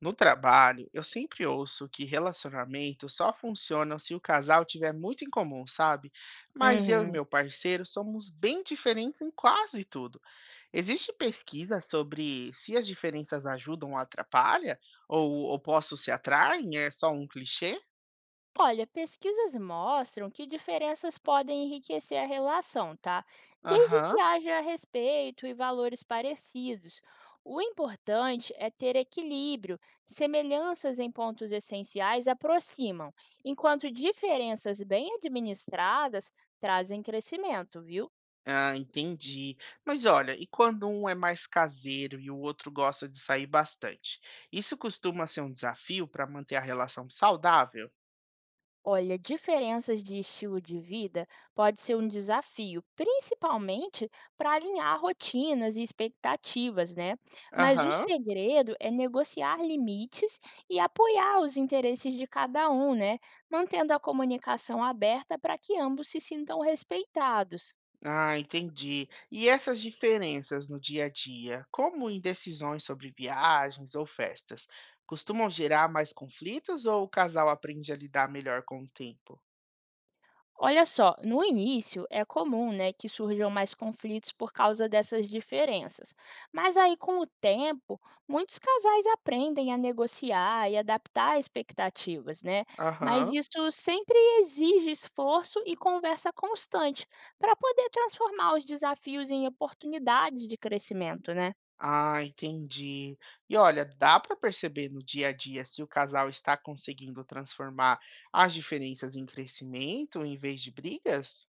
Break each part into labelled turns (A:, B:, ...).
A: No trabalho, eu sempre ouço que relacionamentos só funcionam se o casal tiver muito em comum, sabe? Mas eu e
B: Uhum.
A: meu parceiro somos bem diferentes em quase tudo. Existe pesquisa sobre se as diferenças ajudam ou atrapalham? Ou opostos se atraem? É só um clichê?
B: Olha, pesquisas mostram que diferenças podem enriquecer a relação, tá? Desde que
A: Aham.
B: haja respeito e valores parecidos. O importante é ter equilíbrio. Semelhanças em pontos essenciais aproximam, enquanto diferenças bem administradas trazem crescimento, viu?
A: Ah, entendi. Mas olha, e quando um é mais caseiro e o outro gosta de sair bastante? Isso costuma ser um desafio para manter a relação saudável?
B: Olha, diferenças de estilo de vida pode ser um desafio, principalmente para alinhar rotinas e expectativas, né? Mas o
A: Aham.
B: segredo é negociar limites e apoiar os interesses de cada um, né? Mantendo a comunicação aberta para que ambos se sintam respeitados.
A: Ah, entendi. E essas diferenças no dia a dia, como em decisões sobre viagens ou festas, costumam gerar mais conflitos ou o casal aprende a lidar melhor com o tempo?
B: Olha só, no início é comum, né, que surjam mais conflitos por causa dessas diferenças. Mas aí com o tempo, muitos casais aprendem a negociar e adaptar expectativas, né? Mas
A: Aham.
B: isso sempre exige esforço e conversa constante para poder transformar os desafios em oportunidades de crescimento, né?
A: Ah, entendi. E olha, dá para perceber no dia a dia se o casal está conseguindo transformar as diferenças em crescimento em vez de brigas?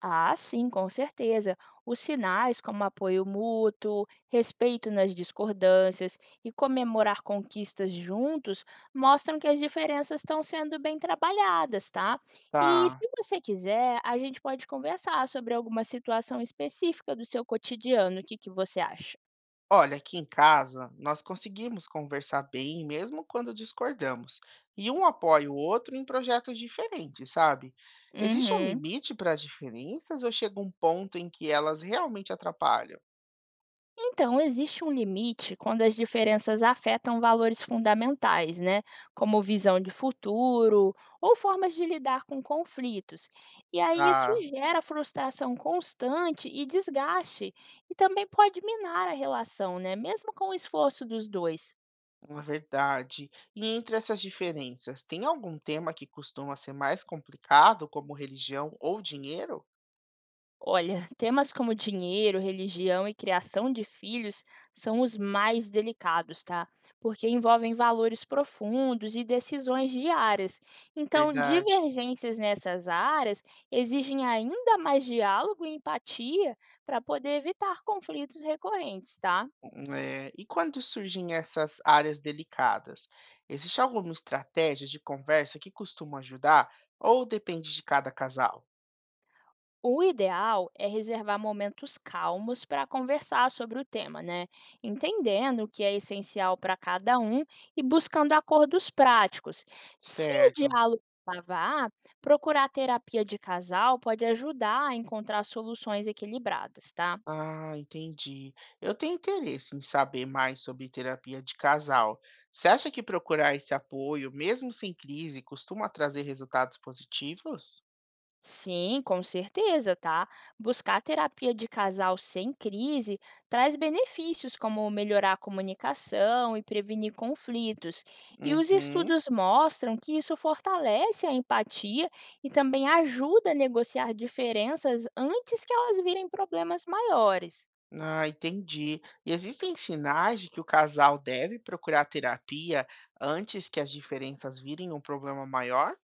B: Ah, sim, com certeza. Os sinais como apoio mútuo, respeito nas discordâncias e comemorar conquistas juntos mostram que as diferenças estão sendo bem trabalhadas, tá? E
A: Tá.
B: se você quiser, a gente pode conversar sobre alguma situação específica do seu cotidiano. O que você acha?
A: Olha, aqui em casa nós conseguimos conversar bem, mesmo quando discordamos, e um apoia o outro em projetos diferentes, sabe? Existe um
B: Uhum.
A: limite para as diferenças ou chega um ponto em que elas realmente atrapalham?
B: Então, existe um limite quando as diferenças afetam valores fundamentais, né? Como visão de futuro ou formas de lidar com conflitos. E aí isso
A: Ah,
B: gera frustração constante e desgaste, e também pode minar a relação, né? Mesmo com o esforço dos dois.
A: na verdade. E entre essas diferenças, tem algum tema que costuma ser mais complicado, como religião ou dinheiro?
B: Olha, temas como dinheiro, religião e criação de filhos são os mais delicados, tá? Porque envolvem valores profundos e decisões diárias. Então,
A: Verdade.
B: divergências nessas áreas exigem ainda mais diálogo e empatia para poder evitar conflitos recorrentes, tá?
A: É, e quando surgem essas áreas delicadas, existe alguma estratégia de conversa que costuma ajudar ou depende de cada casal?
B: O ideal é reservar momentos calmos para conversar sobre o tema, né? Entendendo o que é essencial para cada um e buscando acordos práticos. Se o
A: Certo.
B: diálogo travar, procurar terapia de casal pode ajudar a encontrar soluções equilibradas, tá?
A: Ah, entendi. Eu tenho interesse em saber mais sobre terapia de casal. Você acha que procurar esse apoio, mesmo sem crise, costuma trazer resultados positivos?
B: Sim, com certeza, tá? Buscar terapia de casal sem crise traz benefícios como melhorar a comunicação e prevenir conflitos. E os
A: Uhum.
B: estudos mostram que isso fortalece a empatia e também ajuda a negociar diferenças antes que elas virem problemas maiores.
A: Ah, entendi. E existem sinais de que o casal deve procurar terapia antes que as diferenças virem um problema maior?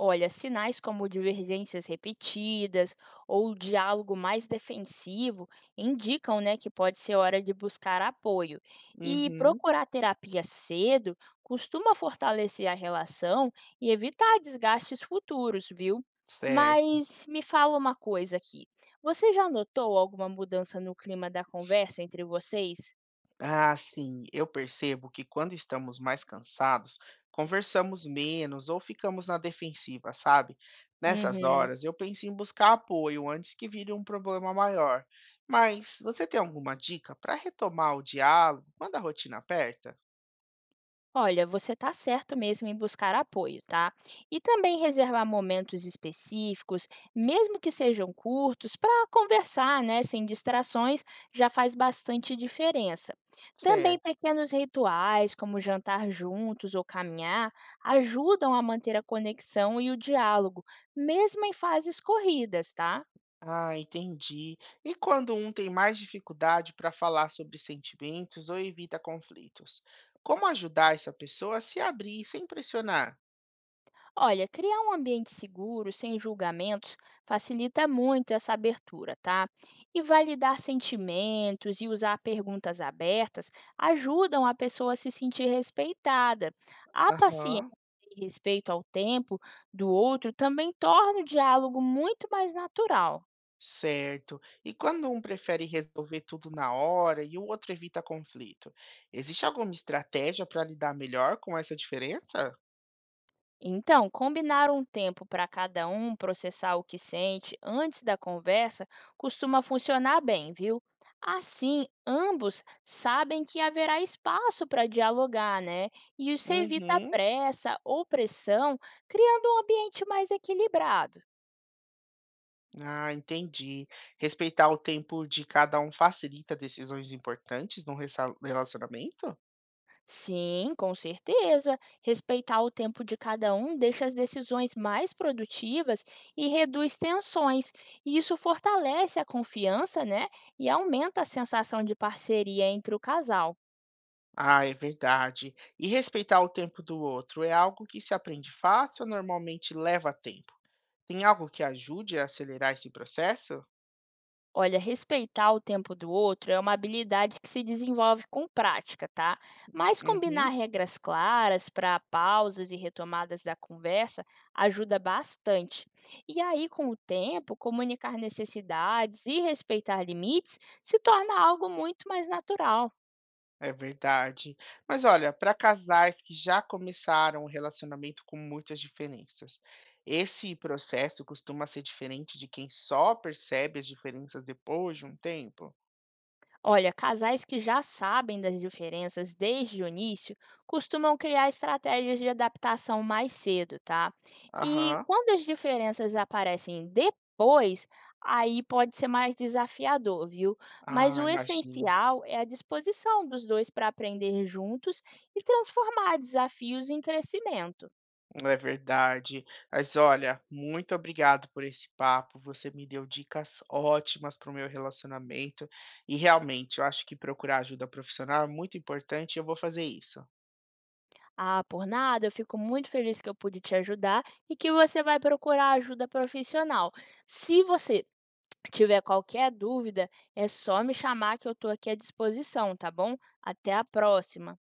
B: Olha, sinais como divergências repetidas ou diálogo mais defensivo indicam, né, que pode ser hora de buscar apoio. E
A: Uhum,
B: procurar terapia cedo costuma fortalecer a relação e evitar desgastes futuros, viu?
A: certo.
B: Mas me fala uma coisa aqui. Você já notou alguma mudança no clima da conversa entre vocês?
A: Ah, sim, eu percebo que quando estamos mais cansados, conversamos menos ou ficamos na defensiva, sabe? Nessas
B: Uhum.
A: horas, eu penso em buscar apoio antes que vire um problema maior. Mas você tem alguma dica para retomar o diálogo quando a rotina aperta?
B: Olha, você está certo mesmo em buscar apoio, tá? E também reservar momentos específicos, mesmo que sejam curtos, para conversar, né, sem distrações, já faz bastante diferença. Também
A: Certo.
B: pequenos rituais, como jantar juntos ou caminhar, ajudam a manter a conexão e o diálogo, mesmo em fases corridas, tá?
A: Ah, entendi. E quando um tem mais dificuldade para falar sobre sentimentos ou evita conflitos, como ajudar essa pessoa a se abrir sem pressionar?
B: Olha, criar um ambiente seguro, sem julgamentos, facilita muito essa abertura, tá? E validar sentimentos e usar perguntas abertas ajudam a pessoa a se sentir respeitada. A paciência
A: Aham,
B: e respeito ao tempo do outro também torna o diálogo muito mais natural.
A: certo. E quando um prefere resolver tudo na hora e o outro evita conflito, existe alguma estratégia para lidar melhor com essa diferença?
B: Então, combinar um tempo para cada um processar o que sente antes da conversa costuma funcionar bem, viu? Assim, ambos sabem que haverá espaço para dialogar, né? E isso evita
A: Uhum.
B: pressa ou pressão, criando um ambiente mais equilibrado.
A: Ah, entendi. Respeitar o tempo de cada um facilita decisões importantes num relacionamento?
B: Sim, com certeza. Respeitar o tempo de cada um deixa as decisões mais produtivas e reduz tensões. E isso fortalece a confiança, né? E aumenta a sensação de parceria entre o casal.
A: Ah, é verdade. E respeitar o tempo do outro é algo que se aprende fácil ou normalmente leva tempo? Tem algo que ajude a acelerar esse processo?
B: Olha, respeitar o tempo do outro é uma habilidade que se desenvolve com prática, tá? Mas
A: Uhum,
B: combinar regras claras para pausas e retomadas da conversa ajuda bastante. E aí, com o tempo, comunicar necessidades e respeitar limites se torna algo muito mais natural.
A: é verdade. Mas olha, para casais que já começaram o relacionamento com muitas diferenças, esse processo costuma ser diferente de quem só percebe as diferenças depois de um tempo?
B: Olha, casais que já sabem das diferenças desde o início costumam criar estratégias de adaptação mais cedo, tá? E
A: Aham.
B: quando as diferenças aparecem depois, aí pode ser mais desafiador, viu? Mas
A: Ah,
B: o
A: imagino.
B: essencial é a disposição dos dois para aprender juntos e transformar desafios em crescimento.
A: É verdade. Mas olha, muito obrigado por esse papo. Você me deu dicas ótimas para o meu relacionamento. E realmente, eu acho que procurar ajuda profissional é muito importante e eu vou fazer isso.
B: Ah, por nada, eu fico muito feliz que eu pude te ajudar e que você vai procurar ajuda profissional. Se você tiver qualquer dúvida, é só me chamar que eu estou aqui à disposição, tá bom? Até a próxima.